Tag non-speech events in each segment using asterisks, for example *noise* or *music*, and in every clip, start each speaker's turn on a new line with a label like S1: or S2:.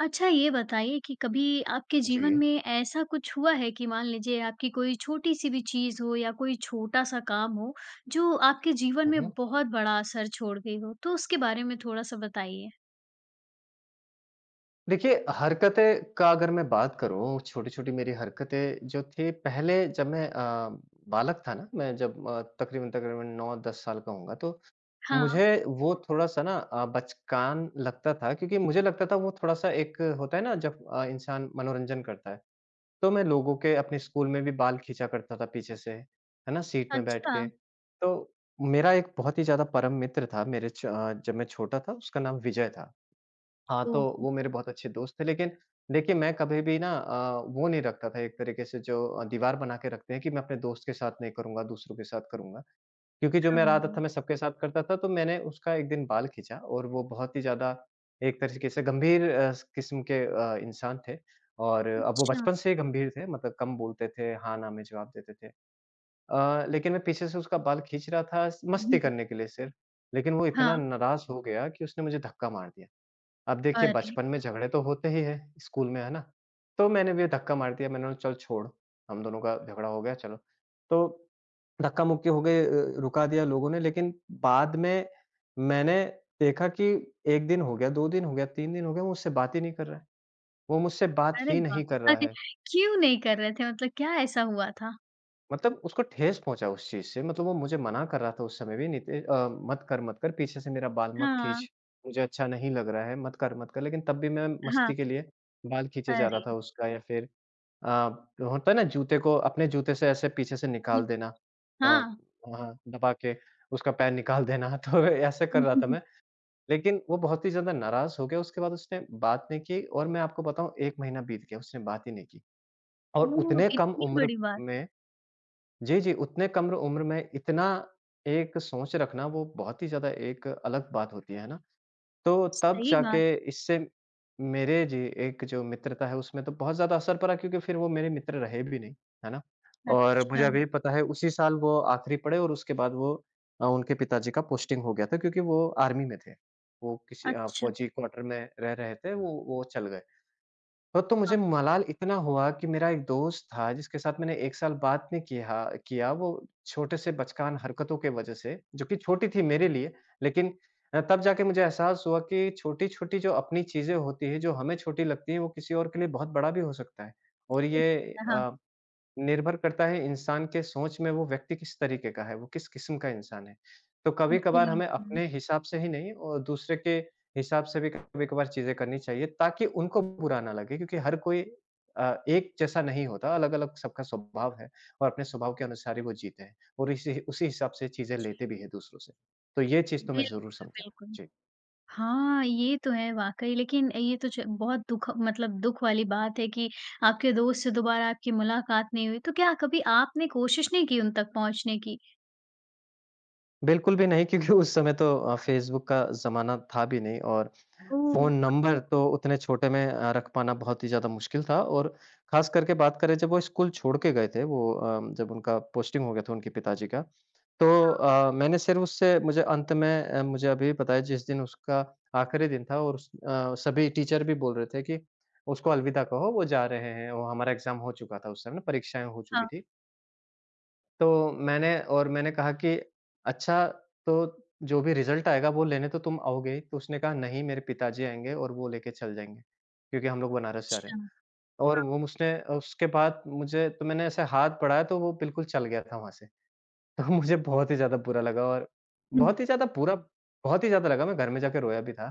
S1: अच्छा ये बताइए कि कभी आपके
S2: जी।
S1: जीवन में ऐसा कुछ हुआ है कि मान लीजिए आपकी कोई छोटी-सी भी चीज़ हो या कोई छोटा-सा काम हो, जो आपके जीवन
S2: हुँ,
S1: में
S2: हुँ।
S1: बहुत बड़ा असर छोड़ गई हो? तो उसके बारे में थोड़ा-सा बताइए।
S2: देखिए, हरकतें का अगर मैं बात करूँ, छोटी-छोटी मेरी हरकतें जो थी पहले जब मैं बालक था ना, मैं जब तकरीबन-तकरीबन 9-10 साल का होऊँगा, तो
S1: हाँ,
S2: मुझे वो थोड़ा-सा ना बचकान लगता था क्योंकि मुझे लगता था वो थोड़ा-सा एक होता है ना जब इंसान मनोरंजन करता है, तो मैं लोगों के अपने स्कूल में भी बाल खींचा करता था पीछे से, है ना? सीट में बैठ
S1: अच्छा।
S2: के। तो मेरा एक बहुत ही ज़्यादा परम मित्र था मेरे जब मैं छोटा था उसका नाम विजय था। हाँ, तो
S1: ओह!
S2: वो मेरे बहुत अच्छे दोस्त थे, लेकिन देखिए मैं कभी भी ना वो नहीं रखता था एक तरीके से जो दीवार बना के रखते हैं कि मैं अपने दोस्त के साथ नहीं करूँगा, दूसरों के साथ करूँगा। क्योंकि जो मेरा आदत
S1: हाँ,
S2: था मैं सबके साथ करता था, तो मैंने उसका एक दिन बाल खींचा और वो बहुत ही ज़्यादा एक तरीके से गंभीर स किस्म के इंसान थे और अब वो
S1: अच्छा।
S2: बचपन से ही गंभीर थे, मतलब कम बोलते थे, हाँ-ना में जवाब देते थे। लेकिन मैं पीछे से उसका बाल खींच रहा था स
S1: हुँ,
S2: मस्ती
S1: हुँ।
S2: करने के लिए सिर्फ़, लेकिन वो
S1: हाँ,
S2: इतना नाराज़ हो गया कि उसने मुझे धक्का मार दिया। अब देखिए
S1: अरे!
S2: बचपन में झगड़े तो होते ही हैं स्कूल में, है ना? तो मैंने भी धक्का मार दिया, मैंने बोला चल छोड़, हम दोनों का झगड़ा हो गया चलो। तो धक्का-मुक्की हो गई रुका दिया लोगों ने लेकिन बाद में मैंने देखा कि 1 दिन हो गया, 2 दिन हो गया, 3 दिन हो गया, वो मुझसे बात ही नहीं कर रहा है। वो मुझसे बात
S1: अरे
S2: ही
S1: वाह!
S2: नहीं कर रहा
S1: अरे!
S2: है।
S1: क्यों नहीं कर रहे थे? मतलब क्या ऐसा हुआ था?
S2: मतलब उसको ठेस पहुँचा उस चीज़ से, मतलब वो मुझे मना कर रहा था उस समय भी मत कर, मत कर, पीछे से मेरा बाल मत
S1: हाँ,
S2: खींच, मुझे अच्छा नहीं लग रहा है, मत कर, मत कर। लेकिन तब भी मैं
S1: हाँ।
S2: मस्ती के लिए बाल खींचे जा रहा था
S1: अरे!
S2: उसका या फिर अ, होता है ना जूते को अपने जूते से ऐसे पीछे से
S1: हुँ,
S2: निकाल देना
S1: हाँ।
S2: हाँ, दबा के उसका पैर निकाल देना *laughs* तो ऐसे कर रहा था मैं।
S1: *laughs*
S2: लेकिन वो बहुत ही ज़्यादा नाराज़ हो गया, उसके बाद उसने बात नहीं की और मैं आपको बताऊँ 1 महीना बीत गया, उसने बात ही नहीं की। और
S1: ओह!
S2: उतने कम
S1: इतनी
S2: उम्र
S1: बड़ी बात।
S2: में जी, जी, उतने कम उम्र में इतना एक सोच रखना वो बहुत ही ज़्यादा एक अलग बात होती है ना? तो तब
S1: सही बात।
S2: जाके इससे मेरे जी एक जो मित्रता है उसमें तो बहुत ज़्यादा असर पड़ा क्योंकि फिर वो मेरे मित्र रहे भी नहीं, है ना? और मुझे
S1: अच्छा,
S2: अभी पता है उसी साल वो आखिरी पढ़े और उसके बाद वो उनके पिताजी का पोस्टिंग हो गया था क्योंकि वो आर्मी में थे। वो किसी
S1: अच्छा।
S2: फौजी क्वार्टर में रह रहे थे, वो चल गए। हाँ, तो मुझे
S1: हाँ,
S2: मलाल इतना हुआ कि मेरा एक दोस्त था जिसके साथ मैंने 1 साल बात नहीं किया किया, वो छोटे से बचकान हरकतों के वजह से, जो कि छोटी थी मेरे लिए, लेकिन तब जाके मुझे एहसास हुआ कि छोटी-छोटी जो अपनी चीज़ें होती हैं, जो हमें छोटी लगती हैं, वो किसी और के लिए बहुत बड़ा भी हो सकता है। और
S1: हो
S2: ये
S1: सकता है, हाँ।
S2: अ, निर्भर करता है इंसान के सोच में वो व्यक्ति किस तरीके का है, वो किस किस्म का इंसान है। तो कभी-कभार हमें
S1: बिल्कुल।
S2: अपने हिसाब से ही नहीं और दूसरे के हिसाब से भी कभी-कभार चीज़ें करनी चाहिए ताकि उनको बुरा ना लगे क्योंकि हर कोई एक जैसा नहीं होता, अलग-अलग सबका स्वभाव है और अपने स्वभाव के अनुसार ही वो जीते हैं और इसी उसी हिसाब से चीज़ें
S1: जी।
S2: लेते भी हैं दूसरों से। तो ये चीज़ तो मैं ज़रूर
S1: बिल्कुल,
S2: समझा।
S1: बिल्कुल।
S2: जी।
S1: हाँ, ये तो है वाक़ई लेकिन ये तो च बहुत दुख मतलब दुख वाली बात है कि आपके दोस्त से दोबारा आपकी मुलाकात नहीं हुई, तो क्या कभी आपने कोशिश नहीं की उन तक पहुँचने की?
S2: बिल्कुल भी नहीं क्योंकि उस समय तो फ़ेसबुक का ज़माना था भी नहीं और
S1: ओह!
S2: फ़ोन नंबर तो उतने छोटे में रख पाना बहुत ही ज़्यादा मुश्किल था और ख़ास करके बात करें जब वो स्कूल छोड़ के गए थे वो जब उनका पोस्टिंग हो गया था उनके पिताजी का, तो मैंने सिर्फ़ उससे मुझे अंत में मुझे अभी पता है जिस दिन उसका आखिरी दिन था और उस सभी टीचर भी बोल रहे थे कि उसको अलविदा कहो वो जा रहे हैं, वो हमारा एग्ज़ाम हो चुका था उस समय ना परीक्षाएँ हो चुकी
S1: हाँ,
S2: थी। तो मैंने और मैंने कहा कि अच्छा तो जो भी रिज़ल्ट आएगा वो लेने तो तुम आओगे ही? तो उसने कहा नहीं मेरे पिताजी आएँगे और वो लेके चल जाएँगे, क्योंकि हम लोग बनारस जा रहे हैं।
S1: अच्छा।
S2: और वो उसने उसके बाद मुझे तो मैंने ऐसे हाथ बढ़ाया तो वो बिल्कुल चल गया था वहाँ से। *laughs* तो मुझे बहुत ही ज़्यादा बुरा लगा और
S1: हुँ,
S2: बहुत ही ज़्यादा बुरा बहुत ही ज़्यादा लगा मैं घर में जाके रोया भी था,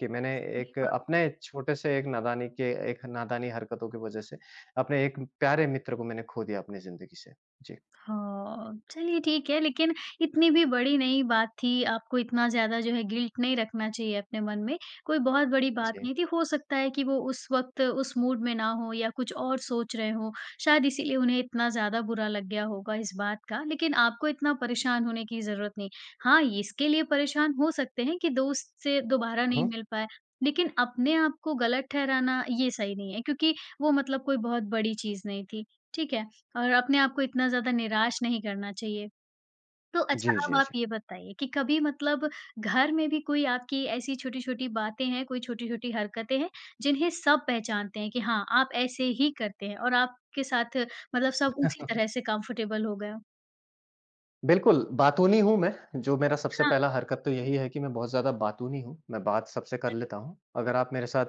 S2: कि मैंने
S1: सही
S2: एक
S1: बात।
S2: अपने छोटे से एक नादानी के एक नादानी हरकतों की वज़ह से अपने एक प्यारे मित्र को मैंने खो दिया अपनी ज़िंदगी से। जी।
S1: हाँ, चलिए ठीक है लेकिन इतनी भी बड़ी नहीं बात थी, आपको इतना ज़्यादा जो है गिल्ट नहीं रखना चाहिए अपने मन में, कोई बहुत बड़ी बात
S2: जी।
S1: नहीं थी। हो सकता है कि वो उस वक़्त उस मूड में ना हों या कुछ और सोच रहे हों, शायद इसीलिए उन्हें इतना ज़्यादा बुरा लग गया होगा इस बात का, लेकिन आपको इतना परेशान होने की ज़रूरत नहीं। हाँ, इसके लिए परेशान हो सकते हैं कि दोस्त से दोबारा नहीं
S2: हुँ।
S1: मिल पाए, लेकिन अपने आप को गलत ठहराना ये सही नहीं है क्योंकि वो मतलब कोई बहुत बड़ी चीज़ नहीं थी, ठीक है? और अपने आप को इतना ज़्यादा निराश नहीं करना चाहिए। तो अच्छा
S2: जी,
S1: अब
S2: जी,
S1: आप
S2: जी।
S1: ये बताइए कि कभी मतलब घर में भी कोई आपकी ऐसी छोटी-छोटी बातें हैं, कोई छोटी-छोटी हरकतें हैं, जिन्हें सब पहचानते हैं कि हाँ, आप ऐसे ही करते हैं और आपके साथ मतलब सब उसी तरह से कंफर्टेबल हो गए हो?
S2: बिल्कुल, बातूनी हूँ मैं, जो मेरा सबसे
S1: हाँ,
S2: पहला हरकत तो यही है कि मैं बहुत ज़्यादा बातूनी हूँ, मैं बात सबसे कर
S1: अरे
S2: लेता
S1: वाह!
S2: हूँ। अगर आप मेरे साथ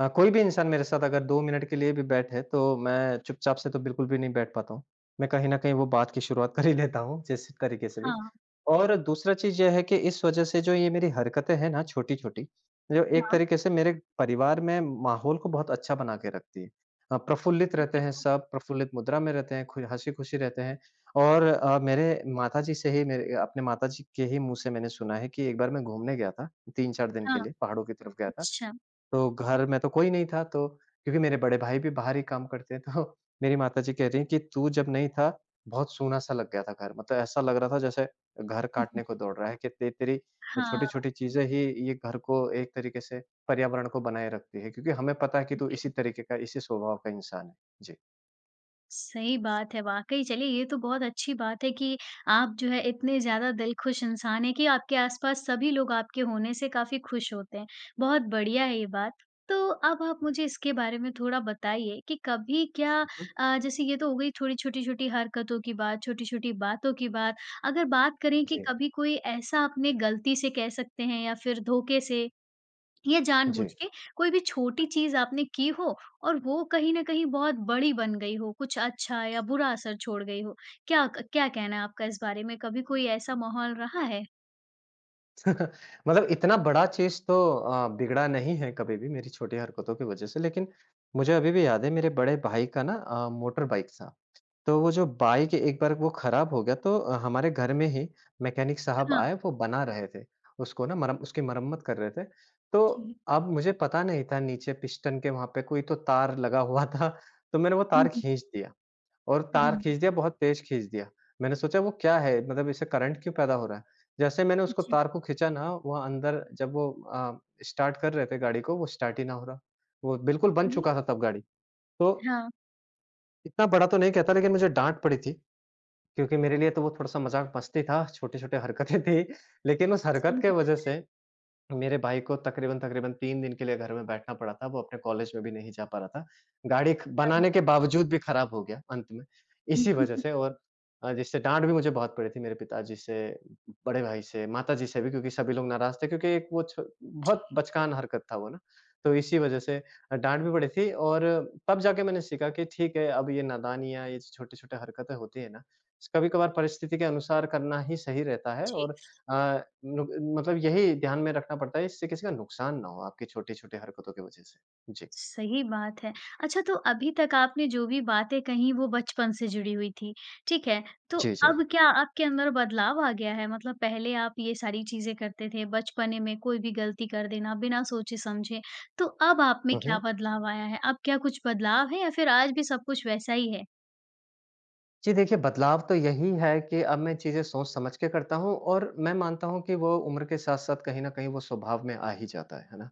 S2: कोई भी इंसान मेरे साथ अगर 2 मिनट के लिए भी बैठे, तो मैं चुपचाप से तो बिल्कुल भी नहीं बैठ पाता हूँ। मैं कहीं न कहीं वो बात की शुरुआत कर ही लेता हूँ, जिस तरीके से भी।
S1: हाँ,
S2: और दूसरा चीज़ ये है कि इस वजह से जो ये मेरी हरकतें हैं ना छोटी-छोटी, जो एक
S1: हाँ।
S2: तरीके से मेरे परिवार में माहौल को बहुत अच्छा बना के रखती है। प्रफुल्लित
S1: बहुत
S2: रहते हैं
S1: बढ़िया।
S2: सब, प्रफुल्लित मुद्रा में रहते हैं, खु हँसी-खुशी रहते हैं। और मेरे माताजी से ही मेरे अपने माताजी के ही मुँह से मैंने सुना है कि एक बार मैं घूमने गया था 3-4 दिन के
S1: हाँ,
S2: लिए, पहाड़ों की तरफ गया था।
S1: अच्छा।
S2: तो घर में तो कोई नहीं था तो क्योंकि मेरे बड़े भाई भी बाहर ही काम करते हैं तो मेरी माताजी कह रही हैं कि तू जब नहीं था, बहुत सूना-सा लग गया था घर। मतलब ऐसा लग रहा था जैसे घर
S1: हुँ, हुँ।
S2: काटने को दौड़ रहा है कि ते तेरी
S1: हाँ,
S2: छोटी-छोटी चीज़ें ही ये घर को एक तरीके से पर्यावरण को बनाए रखती है क्योंकि हमें पता है कि तू इसी
S1: बिल्कुल।
S2: तरीके का, इसी स्वभाव का इंसान है। जी।
S1: सही बात है, वाक़ई चलिए ये तो बहुत अच्छी बात है कि आप जो है इतने ज़्यादा दिलखुश इंसान हैं कि आपके आस-पास सभी लोग आपके होने से काफ़ी खुश होते हैं। बहुत बढ़िया है ये बात। तो अब आप मुझे इसके बारे में थोड़ा बताइए कि कभी क्या
S2: हुँ, हुँ।
S1: जैसे ये तो हो गई थोड़ी छोटी-छोटी हरकतों की बात, छोटी-छोटी बातों की बात। अगर बात करें कि
S2: जी,
S1: कभी कोई ऐसा आपने गलती से कह सकते हैं या फिर धोखे से या जानबूझ
S2: जी।
S1: के कोई भी छोटी चीज़ आपने की हो और वो कहीं न कहीं बहुत बड़ी बन गई हो, कुछ अच्छा या बुरा असर छोड़ गई हो। क्या कहना है आपका इस बारे में? कभी कोई ऐसा माहौल रहा है?
S2: *laughs* मतलब इतना बड़ा चीज़ तो बिगड़ा नहीं है कभी भी मेरी छोटी हरकतों की वज़ह से, लेकिन मुझे अभी भी याद है मेरे बड़े भाई का ना मोटर बाइक था। तो वो जो बाइक एक बार वो खराब हो गया तो हमारे घर में ही मैकेनिक साहब
S1: हाँ,
S2: आए, वो बना रहे थे। उसको ना मरम उसकी मरम्मत कर रहे थे। तो
S1: जी।
S2: अब मुझे पता नहीं था नीचे पिस्टन के वहाँ पे कोई तो तार लगा हुआ था, तो मैंने वो तार
S1: हुँ, हुँ।
S2: खींच दिया। और
S1: हाँ,
S2: तार खींच दिया, बहुत तेज़ खींच दिया। मैंने सोचा वो क्या है? मतलब इससे करंट क्यों पैदा हो रहा है? जैसे मैंने उसको
S1: जी।
S2: तार को खींचा ना, वहाँ अंदर जब वो स्टार्ट कर रहे थे गाड़ी को, वो स्टार्ट ही ना हो रहा। वो बिल्कुल बन चुका था तब गाड़ी। तो
S1: हाँ,
S2: इतना बड़ा तो नहीं कहता लेकिन मुझे डाँट पड़ी थी, क्योंकि मेरे लिए तो वो थोड़ा-सा मज़ाक मस्ती था, छोटी-छोटी हरकतें थी। लेकिन उस हरकत
S1: सही
S2: के वज़ह
S1: बात
S2: से मेरे भाई को तकरीबन-तकरीबन 3 दिन के लिए घर में बैठना पड़ा था, वो अपने कॉलेज में भी नहीं जा पा रहा था। गाड़ी ख
S1: है।
S2: बनाने के बावजूद भी खराब हो गया अंत में, इसी वजह से
S1: *laughs*
S2: और जिससे डाँट भी मुझे बहुत पड़ी थी मेरे पिताजी से, बड़े भाई से, माताजी से भी क्योंकि सभी लोग नाराज़ थे क्योंकि एक वो छ बहुत
S1: जी,
S2: बचकान हरकत था वो ना, तो इसी वजह से अ, डाँट भी पड़ी थी और तब जाके मैंने सीखा कि ठीक है, अब ये नादानियाँ, ये जो छोटे-छोटे हरकतें होती हैं ना, कभी-कभार परिस्थिति के अनुसार करना ही सही रहता है
S1: जी।
S2: और अ, नुक मतलब यही ध्यान में रखना पड़ता है, इससे किसी का नुकसान ना हो आपकी छोटी-छोटी हरकतों की वजह से। जी।
S1: सही बात है। अच्छा तो अभी तक आपने जो भी बातें कहीं वो बचपन से जुड़ी हुई थी, ठीक है? तो
S2: जी, जी।
S1: अब क्या आपके अंदर बदलाव आ गया है? मतलब पहले आप ये सारी चीज़ें करते थे, बचपने में कोई भी गलती कर देना बिना सोचे-समझे, तो अब आप में
S2: हुँ,
S1: क्या
S2: हुँ।
S1: बदलाव आया है? अब क्या कुछ बदलाव है या फिर आज भी सब कुछ वैसा ही है?
S2: जी, देखिए बदलाव तो यही है कि अब मैं चीज़ें सोच समझ के करता हूँ और मैं मानता हूँ कि वो उम्र के साथ-साथ कहीं न कहीं वो स्वभाव में आ ही जाता है ना?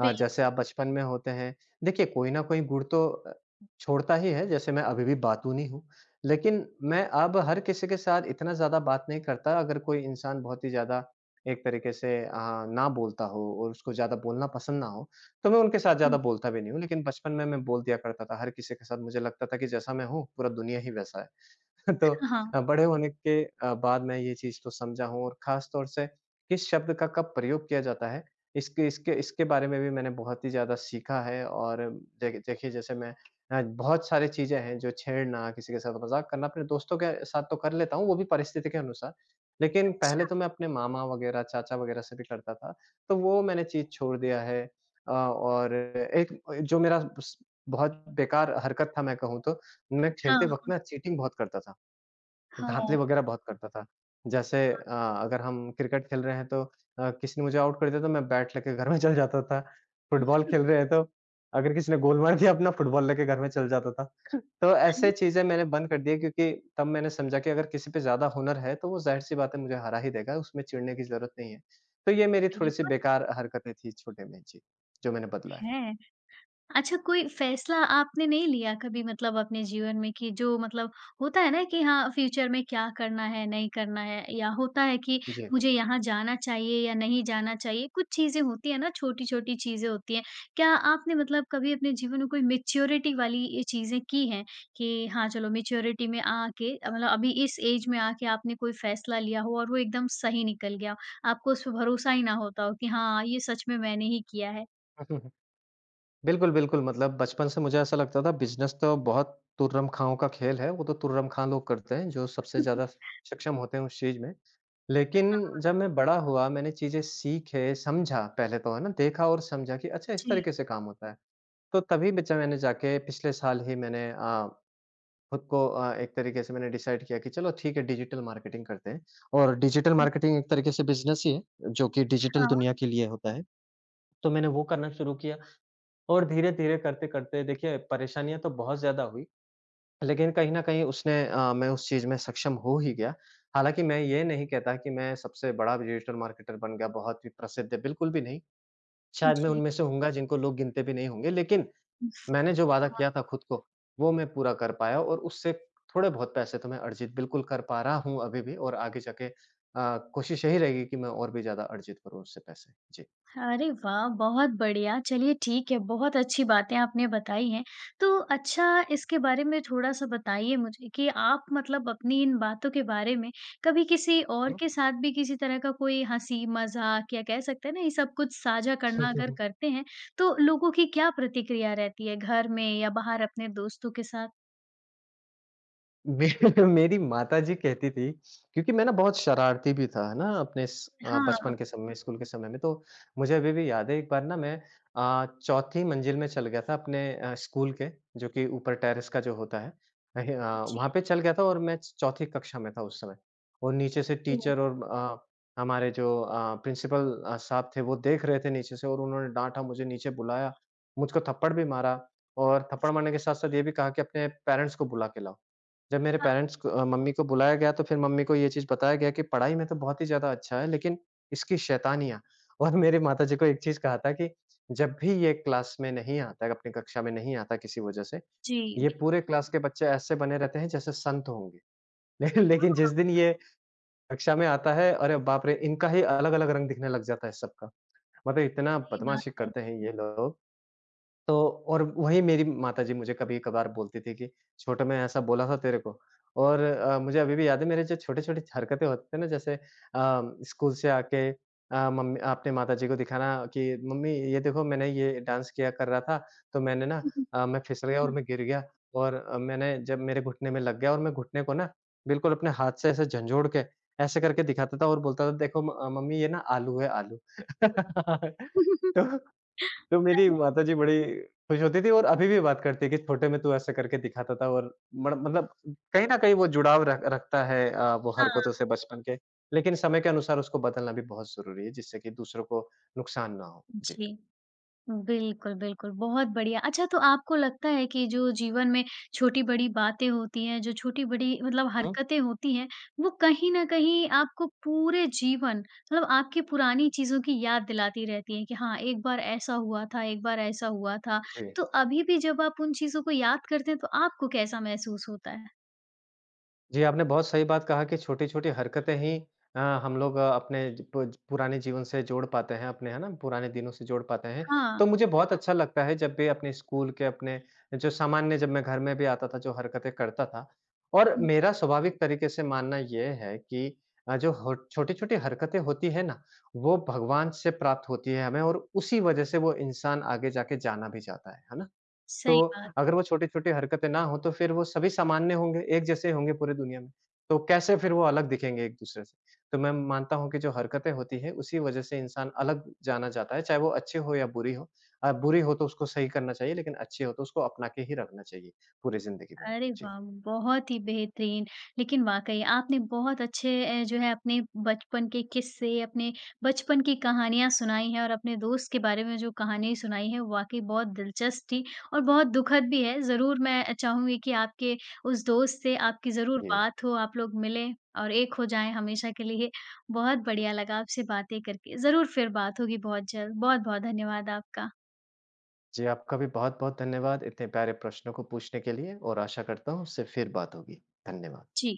S2: हाँ, जैसे
S1: बिल्कुल।
S2: आप बचपन में होते हैं, देखिए कोई ना कोई गुण तो छोड़ता ही है, जैसे मैं अभी भी बातूनी हूँ। लेकिन मैं अब हर किसी के साथ इतना ज़्यादा बात नहीं करता, अगर कोई इंसान बहुत ही ज़्यादा एक तरीके से ना बोलता हो और उसको ज़्यादा बोलना पसंद ना हो, तो मैं उनके साथ ज़्यादा
S1: हुँ।
S2: बोलता भी नहीं हूँ। लेकिन बचपन में मैं बोल दिया करता था हर किसी के साथ, मुझे लगता था कि जैसा मैं हूँ, पूरा दुनिया ही वैसा है। *laughs* तो
S1: हाँ।
S2: बड़े होने के बाद मैं ये चीज़ तो समझा हूँ और ख़ास तौर से किस शब्द का कब प्रयोग किया जाता है, इसके इसके इसके बारे में भी मैंने बहुत ही ज़्यादा सीखा है और देखिए जैसे मैं बहुत सारी चीज़ें हैं जो छेड़ना, किसी के साथ मज़ाक करना, अपने दोस्तों के साथ तो कर लेता हूँ, वो भी परिस्थिति के अनुसार। लेकिन पहले
S1: अच्छा,
S2: तो मैं अपने मामा वग़ैरह, चाचा वग़ैरह से भी करता था, तो वो मैंने चीज़ छोड़ दिया है। और एक जो मेरा बस बहुत बेकार हरकत था मैं कहूँ तो, मैं खेलते वक़्त
S1: हाँ।
S2: ना चीटिंग बहुत करता था।
S1: हाँ,
S2: धाँधली
S1: हाँ।
S2: वगैरह बहुत करता था। जैसे अगर हम क्रिकेट खेल रहे हैं तो किसी ने मुझे आउट कर दिया तो मैं बैट लेके घर में *laughs* चला जाता था। फुटबॉल खेल रहे हैं तो अगर किसी ने गोल मार दिया अपना फुटबॉल लेके घर में चला जाता था। तो ऐसे
S1: अरे!
S2: चीज़ें मैंने बंद कर दी है क्योंकि तब मैंने समझा कि अगर किसी पे ज़्यादा हुनर है तो वो ज़ाहिर-सी बात है मुझे हरा ही देगा, उसमें चिढ़ने की ज़रूरत नहीं है। तो ये मेरी थोड़ी-सी
S1: बिल्कुल
S2: बेकार हरकतें थी छोटे में। जी, जो मैंने बदला है।
S1: है। अच्छा, कोई फ़ैसला आपने नहीं लिया कभी मतलब अपने जीवन में कि जो मतलब होता है ना कि हाँ, फ्यूचर में क्या करना है, नहीं करना है या होता है कि
S2: जी।
S1: मुझे यहाँ जाना चाहिए या नहीं जाना चाहिए, कुछ चीज़ें होती हैं ना, छोटी-छोटी चीज़ें होती हैं। क्या आपने मतलब कभी अपने जीवन में कोई मैच्योरिटी वाली ये चीज़ें की हैं कि हाँ, चलो मैच्योरिटी में आके मतलब अभी इस एज में आके आपने कोई फ़ैसला लिया हो और वो एकदम सही निकल गया, आपको उस पे भरोसा ही ना होता हो कि हाँ, ये सच में मैंने ही किया है?
S2: *laughs* बिल्कुल, बिल्कुल, मतलब बचपन से मुझे ऐसा लगता था बिज़नेस तो बहुत तुर्रम खाओं का खेल है, वो तो तुर्रम खाँ लोग करते हैं, जो सबसे ज़्यादा
S1: *laughs*
S2: सक्षम होते हैं उस चीज़ में। लेकिन
S1: हाँ,
S2: जब मैं बड़ा हुआ, मैंने चीज़ें सीखे, समझा पहले तो, है ना? देखा और समझा कि अच्छा इस
S1: जी।
S2: तरीके से काम होता है। तो तभी बचा मैंने जाके पिछले साल ही मैंने खुद को एक तरीके से मैंने डिसाइड किया कि चलो ठीक है डिजिटल मार्केटिंग करते हैं और डिजिटल मार्केटिंग एक तरीके से बिज़नेस ही है, जो कि डिजिटल
S1: हाँ,
S2: दुनिया के लिए होता है। तो मैंने वो करना शुरू किया। और धीरे-धीरे करते-करते देखिए परेशानियाँ तो बहुत ज़्यादा हुई, लेकिन कहीं न कहीं मैं उस चीज़ में सक्षम हो ही गया। हालाँकि मैं ये नहीं कहता कि मैं सबसे बड़ा डिजिटल मार्केटर बन गया, बहुत ही प्रसिद्ध, बिल्कुल भी नहीं। शायद मैं
S1: जी।
S2: उनमें से होऊँगा जिनको लोग गिनते भी नहीं होंगे, लेकिन मैंने जो वादा किया था खुद को, वो मैं पूरा कर पाया और उससे थोड़े बहुत पैसे तो मैं अर्जित बिल्कुल कर पा रहा हूँ अभी भी और आगे जाके कोशिश यही रहेगी कि मैं और भी ज़्यादा अर्जित करूँ उससे पैसे। जी।
S1: हाँ, अरे वाह! बहुत बढ़िया। चलिए ठीक है, बहुत अच्छी बातें आपने बताई हैं। तो अच्छा इसके बारे में थोड़ा-सा बताइए मुझे कि आप मतलब अपनी इन बातों के बारे में कभी किसी और
S2: है
S1: के साथ भी किसी तरह का कोई हँसी, मज़ाक या कह सकते हैं ना ये सब कुछ साझा करना
S2: ना?
S1: अगर
S2: *laughs*
S1: करते हैं, तो लोगों की क्या प्रतिक्रिया रहती है घर में या बाहर अपने दोस्तों के साथ?
S2: मे *laughs* मेरी माताजी कहती थी क्योंकि मैं ना बहुत शरारती भी था, है ना?
S1: हाँ,
S2: बचपन के समय में, स्कूल के समय में। तो मुझे अभी भी याद है एक बार ना मैं चौथी मंजिल में चल गया था स्कूल के जो कि ऊपर टेरेस का जो होता है। अहे अ,
S1: जी,
S2: वहाँ पे चल गया था और मैं चौथी कक्षा में था उस समय और नीचे से
S1: ओह!
S2: टीचर और हमारे जो प्रिंसिपल साहब थे वो देख रहे थे नीचे से और उन्होंने डाँटा, मुझे नीचे बुलाया, मुझको थप्पड़ भी मारा और थप्पड़ मारने के साथ-साथ ये भी कहा कि अपने पेरेंट्स को बुला के लाओ। जब मेरे
S1: हाँ,
S2: पेरेंट्स को मम्मी को बुलाया गया तो फिर मम्मी को ये चीज़ बताया गया कि पढ़ाई में तो बहुत ही ज़्यादा अच्छा है लेकिन इसकी शैतानियाँ *laughs* और मेरी माताजी को एक चीज़ कहा था कि जब भी ये क्लास में नहीं आता है, अपनी कक्षा में नहीं आता किसी वजह से,
S1: जी,
S2: ये पूरे क्लास के बच्चे ऐसे बने रहते हैं जैसे संत होंगे। *laughs* लेकिन लेकिन जिस
S1: हाँ,
S2: दिन ये कक्षा में आता है, अरे बाप रे! इनका ही अलग-अलग रंग दिखने लग जाता है सबका। मतलब इतना
S1: वही बात
S2: बदमाशी
S1: है।
S2: करते हैं ये लोग तो और वही मेरी माताजी मुझे कभी-कभार बोलती थी कि, "छोटे में ऐसा बोला था तेरे को" और मुझे अभी भी याद है मेरे जो छोटे-छोटे हरकतें होते थे ना जैसे स्कूल से आके मम्मी अपने माताजी को दिखाना कि, "मम्मी ये देखो मैंने ये डांस किया कर रहा था, तो मैंने ना
S1: *laughs*
S2: मैं फिसल गया और
S1: हाँ।
S2: मैं गिर गया और मैंने जब मेरे घुटने में लग गया और मैं घुटने को ना बिल्कुल अपने हाथ से ऐसे झंझोड़ के, ऐसे करके दिखाता था और बोलता था देखो मम्मी ये ना आलू है आलू।" *laughs*
S1: *laughs*
S2: तो तो मेरी
S1: अरे!
S2: माताजी बड़ी खुश होती थी और अभी भी बात करती है कि छोटे में तू ऐसे करके दिखाता था और मड़ मतलब कहीं न कहीं वो जुड़ाव रख रखता है वो हरकतों
S1: हाँ।
S2: से बचपन के। लेकिन समय के अनुसार उसको बदलना भी बहुत ज़रूरी है जिससे कि दूसरों को नुकसान ना हो। जी।
S1: जी, बिल्कुल, बिल्कुल, बहुत बढ़िया। अच्छा तो आपको लगता है कि जो जीवन में छोटी-बड़ी बातें होती हैं, जो छोटी-बड़ी मतलब
S2: हुँ,
S1: हरकतें होती हैं, वो कहीं न कहीं आपको पूरे जीवन मतलब आपकी पुरानी चीज़ों की याद दिलाती रहती हैं कि हाँ, एक बार ऐसा हुआ था, एक बार ऐसा हुआ था।
S2: जी।
S1: तो अभी भी जब आप उन चीज़ों को याद करते हैं तो आपको कैसा महसूस होता है?
S2: जी, आपने बहुत सही बात कहा कि छोटी-छोटी हरकतें ही हम लोग अपने ज पुज पुराने जीवन से जोड़ पाते हैं अपने, है ना? पुराने दिनों से जोड़ पाते हैं।
S1: हाँ,
S2: तो मुझे बहुत अच्छा लगता है जब भी अपने स्कूल के अपने जो सामान्य जब मैं घर में भी आता था जो हरकतें करता था। और मेरा स्वाभाविक तरीके से मानना ये है कि जो हो छोटी-छोटी हरकतें होती है ना, वो भगवान से प्राप्त होती है हमें और उसी वजह से वो इंसान आगे जाके जाना भी जाता है ना? तो
S1: सही बात
S2: अगर वो छोटी-छोटी हरकतें ना हो, तो फिर वो सभी सामान्य होंगे, एक जैसे होंगे पूरी दुनिया में। तो कैसे फिर
S1: है।
S2: वो अलग दिखेंगे एक दूसरे से? तो मैं मानता हूँ कि जो हरकतें होती हैं, उसी वजह से इंसान अलग जाना जाता है, चाहे वो अच्छी हो या बुरी हो। बुरी हो तो उसको सही करना चाहिए, लेकिन अच्छी हो तो उसको अपना के ही रखना चाहिए पूरी ज़िंदगी भर।
S1: अरे
S2: जी,
S1: वाह! बहुत ही बेहतरीन। लेकिन वाक़ई आपने बहुत अच्छे जो है अपने बचपन के किस्से, अपने बचपन की कहानियाँ सुनाई हैं और अपने दोस्त के बारे में जो कहानी सुनाई है, वाक़ई बहुत दिलचस्प थी और बहुत दुखद भी है। ज़रूर मैं चाहूँगी कि आपके उस दोस्त से आपकी ज़रूर
S2: जी।
S1: बात हो, आप लोग मिलें और एक हो जाएँ हमेशा के लिए। बहुत बढ़िया लगा आपसे बातें करके। ज़रूर फिर बात होगी बहुत जल्द। बहुत-बहुत धन्यवाद आपका।
S2: जी, आपका भी बहुत-बहुत धन्यवाद इतने प्यारे प्रश्नों को पूछने के लिए और आशा करता हूँ उससे फिर बात होगी। धन्यवाद।
S1: जी।